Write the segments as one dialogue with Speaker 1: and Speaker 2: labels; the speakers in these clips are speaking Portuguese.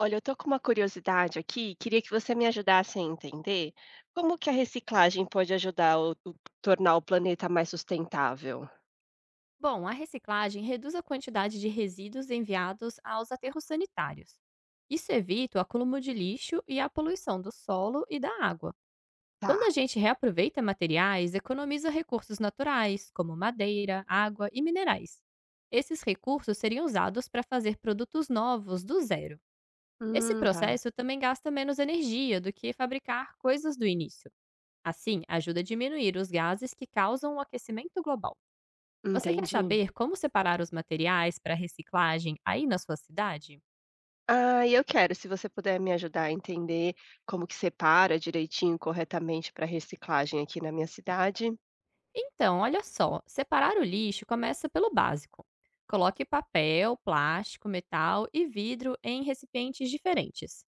Speaker 1: Olha, eu tô com uma curiosidade aqui, queria que você me ajudasse a entender como que a reciclagem pode ajudar tornar o planeta mais sustentável.
Speaker 2: Bom, a reciclagem reduz a quantidade de resíduos enviados aos aterros sanitários. Isso evita o acúmulo de lixo e a poluição do solo e da água. Quando
Speaker 1: Tá.
Speaker 2: a gente reaproveita materiais, economiza recursos naturais, como madeira, água e minerais. Esses recursos seriam usados para fazer produtos novos do zero. Esse
Speaker 1: Tá.
Speaker 2: processo também gasta menos energia do que fabricar coisas do início. Assim, ajuda a diminuir os gases que causam o aquecimento global. Você quer
Speaker 1: Entendi.
Speaker 2: saber como separar os materiais para reciclagem aí na sua cidade?
Speaker 1: Ah, e eu quero, se você puder me ajudar a entender como que separa direitinho, corretamente para reciclagem aqui na minha cidade.
Speaker 2: Então, olha só, separar o lixo começa pelo básico. Coloque papel, plástico, metal e vidro em recipientes diferentes.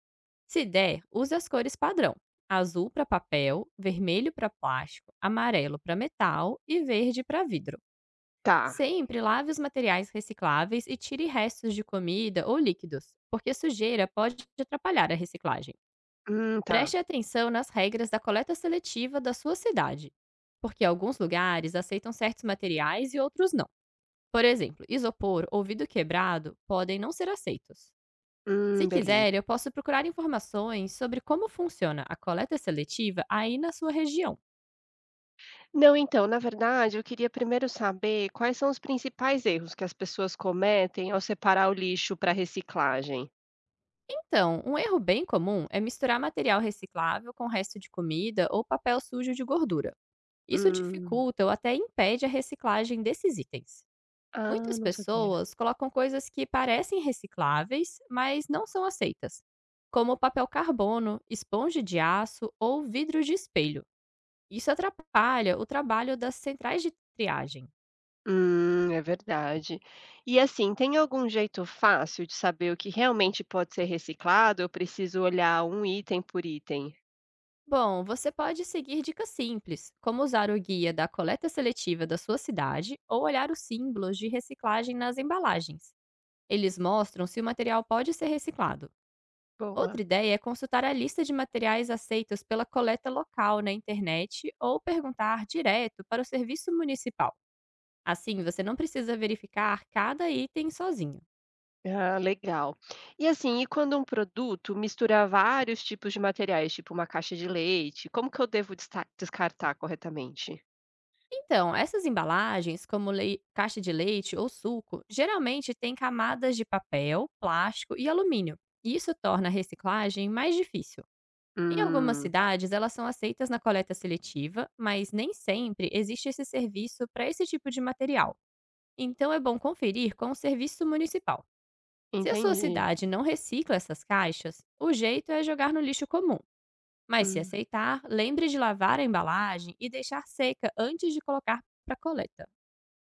Speaker 2: Se der, use as cores padrão: azul para papel, vermelho para plástico, amarelo para metal e verde para vidro.
Speaker 1: Tá.
Speaker 2: Sempre lave os materiais recicláveis e tire restos de comida ou líquidos, porque sujeira pode atrapalhar a reciclagem.
Speaker 1: Tá.
Speaker 2: Preste atenção nas regras da coleta seletiva da sua cidade, porque alguns lugares aceitam certos materiais e outros não. Por exemplo, isopor ou vidro quebrado podem não ser aceitos. Se
Speaker 1: Beleza.
Speaker 2: quiser, eu posso procurar informações sobre como funciona a coleta seletiva aí na sua região.
Speaker 1: Não, então, na verdade, eu queria primeiro saber quais são os principais erros que as pessoas cometem ao separar o lixo para reciclagem.
Speaker 2: Então, um erro bem comum é misturar material reciclável com resto de comida ou papel sujo de gordura. Isso
Speaker 1: Hum.
Speaker 2: dificulta ou até impede a reciclagem desses itens.
Speaker 1: Ah,
Speaker 2: Muitas
Speaker 1: não sabia.
Speaker 2: pessoas colocam coisas que parecem recicláveis, mas não são aceitas, como papel carbono, esponja de aço ou vidro de espelho. Isso atrapalha o trabalho das centrais de triagem.
Speaker 1: É verdade. E, assim, tem algum jeito fácil de saber o que realmente pode ser reciclado, eu preciso olhar um item por item?
Speaker 2: Bom, você pode seguir dicas simples, como usar o guia da coleta seletiva da sua cidade ou olhar os símbolos de reciclagem nas embalagens. Eles mostram se o material pode ser reciclado.
Speaker 1: Boa.
Speaker 2: Outra ideia é consultar a lista de materiais aceitos pela coleta local na internet ou perguntar direto para o serviço municipal. Assim, você não precisa verificar cada item sozinho.
Speaker 1: Ah, legal. E, assim, e quando um produto mistura vários tipos de materiais, tipo uma caixa de leite, como que eu devo descartar corretamente?
Speaker 2: Então, essas embalagens, como caixa de leite ou suco, geralmente têm camadas de papel, plástico e alumínio, e isso torna a reciclagem mais difícil. Em algumas
Speaker 1: Tá.
Speaker 2: cidades, elas são aceitas na coleta seletiva, mas nem sempre existe esse serviço para esse tipo de material. Então é bom conferir com o serviço municipal. Se a sua
Speaker 1: Entendi.
Speaker 2: cidade não recicla essas caixas, o jeito é jogar no lixo comum. Mas se
Speaker 1: Hum.
Speaker 2: aceitar, lembre de lavar a embalagem e deixar seca antes de colocar para coleta.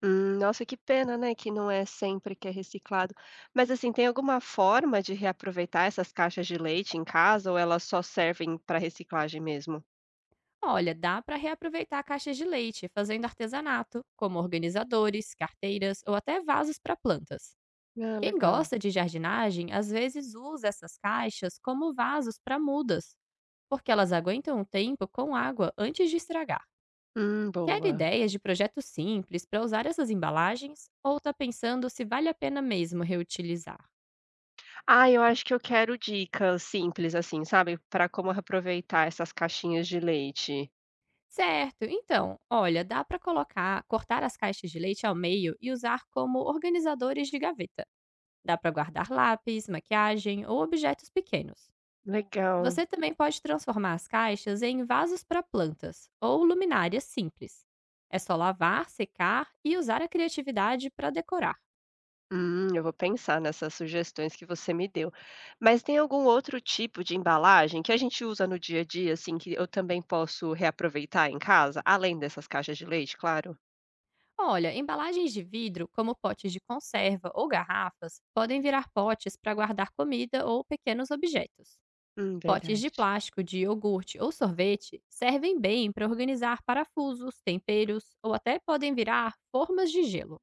Speaker 1: Nossa, que pena, né, que não é sempre que é reciclado. Mas, assim, tem alguma forma de reaproveitar essas caixas de leite em casa ou elas só servem para reciclagem mesmo?
Speaker 2: Olha, dá para reaproveitar caixas de leite fazendo artesanato, como organizadores, carteiras ou até vasos para plantas.
Speaker 1: Ah,
Speaker 2: Quem
Speaker 1: legal.
Speaker 2: gosta de jardinagem às vezes usa essas caixas como vasos para mudas, porque elas aguentam um tempo com água antes de estragar. Quer
Speaker 1: Boa.
Speaker 2: ideias de projetos simples para usar essas embalagens ou está pensando se vale a pena mesmo reutilizar?
Speaker 1: Ah, eu acho que eu quero dicas simples, assim, sabe, para como reaproveitar essas caixinhas de leite.
Speaker 2: Certo, então, olha, dá para colocar, cortar as caixas de leite ao meio e usar como organizadores de gaveta. Dá para guardar lápis, maquiagem ou objetos pequenos.
Speaker 1: Legal.
Speaker 2: Você também pode transformar as caixas em vasos para plantas ou luminárias simples. É só lavar, secar e usar a criatividade para decorar.
Speaker 1: Eu vou pensar nessas sugestões que você me deu. Mas tem algum outro tipo de embalagem que a gente usa no dia a dia, assim, que eu também posso reaproveitar em casa, além dessas caixas de leite, claro?
Speaker 2: Olha, embalagens de vidro, como potes de conserva ou garrafas, podem virar potes para guardar comida ou pequenos objetos. Potes de
Speaker 1: Verdade.
Speaker 2: plástico de iogurte ou sorvete servem bem para organizar parafusos, temperos ou até podem virar formas de gelo.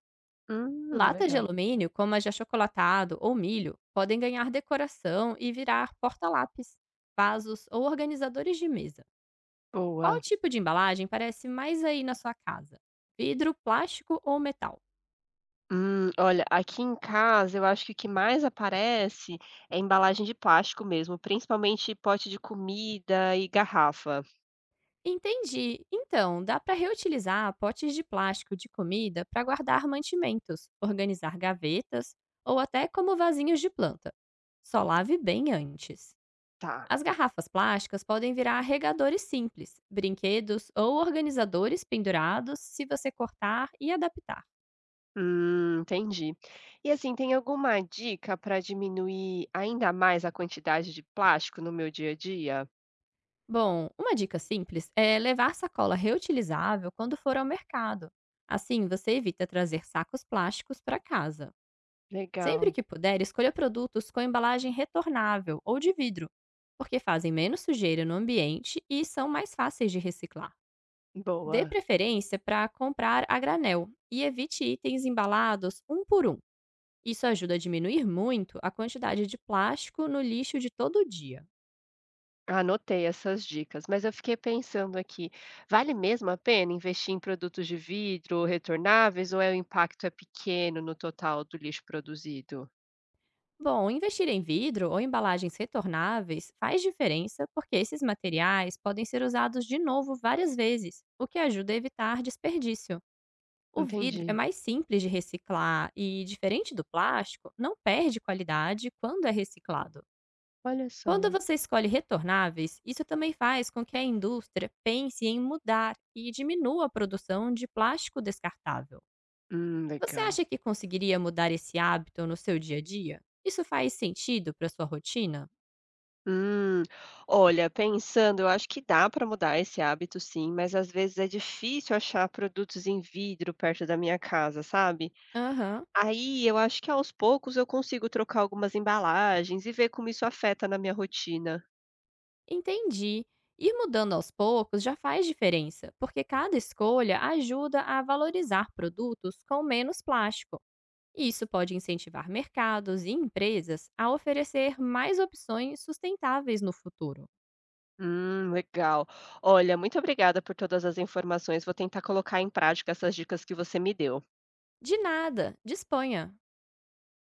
Speaker 2: Latas de
Speaker 1: Legal.
Speaker 2: alumínio, como as de achocolatado ou milho, podem ganhar decoração e virar porta-lápis, vasos ou organizadores de mesa.
Speaker 1: Boa.
Speaker 2: Qual tipo de embalagem parece mais aí na sua casa? Vidro, plástico ou metal?
Speaker 1: Olha, aqui em casa eu acho que o que mais aparece é embalagem de plástico mesmo, principalmente pote de comida e garrafa.
Speaker 2: Entendi. Então, dá para reutilizar potes de plástico de comida para guardar mantimentos, organizar gavetas ou até como vasinhos de planta. Só lave bem antes.
Speaker 1: Tá.
Speaker 2: As garrafas plásticas podem virar regadores simples, brinquedos ou organizadores pendurados se você cortar e adaptar.
Speaker 1: Entendi. E assim, tem alguma dica para diminuir ainda mais a quantidade de plástico no meu dia a dia?
Speaker 2: Bom, uma dica simples é levar sacola reutilizável quando for ao mercado. Assim, você evita trazer sacos plásticos para casa. Sempre
Speaker 1: Legal,
Speaker 2: que puder, escolha produtos com embalagem retornável ou de vidro, porque fazem menos sujeira no ambiente e são mais fáceis de reciclar. Dê
Speaker 1: boa.
Speaker 2: preferência para comprar a granel e evite itens embalados um por um. Isso ajuda a diminuir muito a quantidade de plástico no lixo de todo dia.
Speaker 1: Anotei essas dicas, mas eu fiquei pensando aqui, vale mesmo a pena investir em produtos de vidro retornáveis ou é o impacto é pequeno no total do lixo produzido?
Speaker 2: Bom, investir em vidro ou embalagens retornáveis faz diferença porque esses materiais podem ser usados de novo várias vezes, o que ajuda a evitar desperdício. O vidro é
Speaker 1: Entendi.
Speaker 2: mais simples de reciclar e, diferente do plástico, não perde qualidade quando é reciclado.
Speaker 1: Olha
Speaker 2: Quando
Speaker 1: só.
Speaker 2: você escolhe retornáveis, isso também faz com que a indústria pense em mudar e diminua a produção de plástico descartável. Você
Speaker 1: Legal.
Speaker 2: acha que conseguiria mudar esse hábito no seu dia a dia? Isso faz sentido para sua rotina?
Speaker 1: Hum, Olha, pensando, eu acho que dá para mudar esse hábito sim, mas às vezes é difícil achar produtos em vidro perto da minha casa, sabe?
Speaker 2: Aham,
Speaker 1: Aí eu acho que aos poucos eu consigo trocar algumas embalagens e ver como isso afeta na minha rotina.
Speaker 2: entendi. Ir mudando aos poucos já faz diferença, porque cada escolha ajuda a valorizar produtos com menos plástico. E isso pode incentivar mercados e empresas a oferecer mais opções sustentáveis no futuro.
Speaker 1: Legal. Olha, muito obrigada por todas as informações. Vou tentar colocar em prática essas dicas que você me deu.
Speaker 2: De nada, disponha!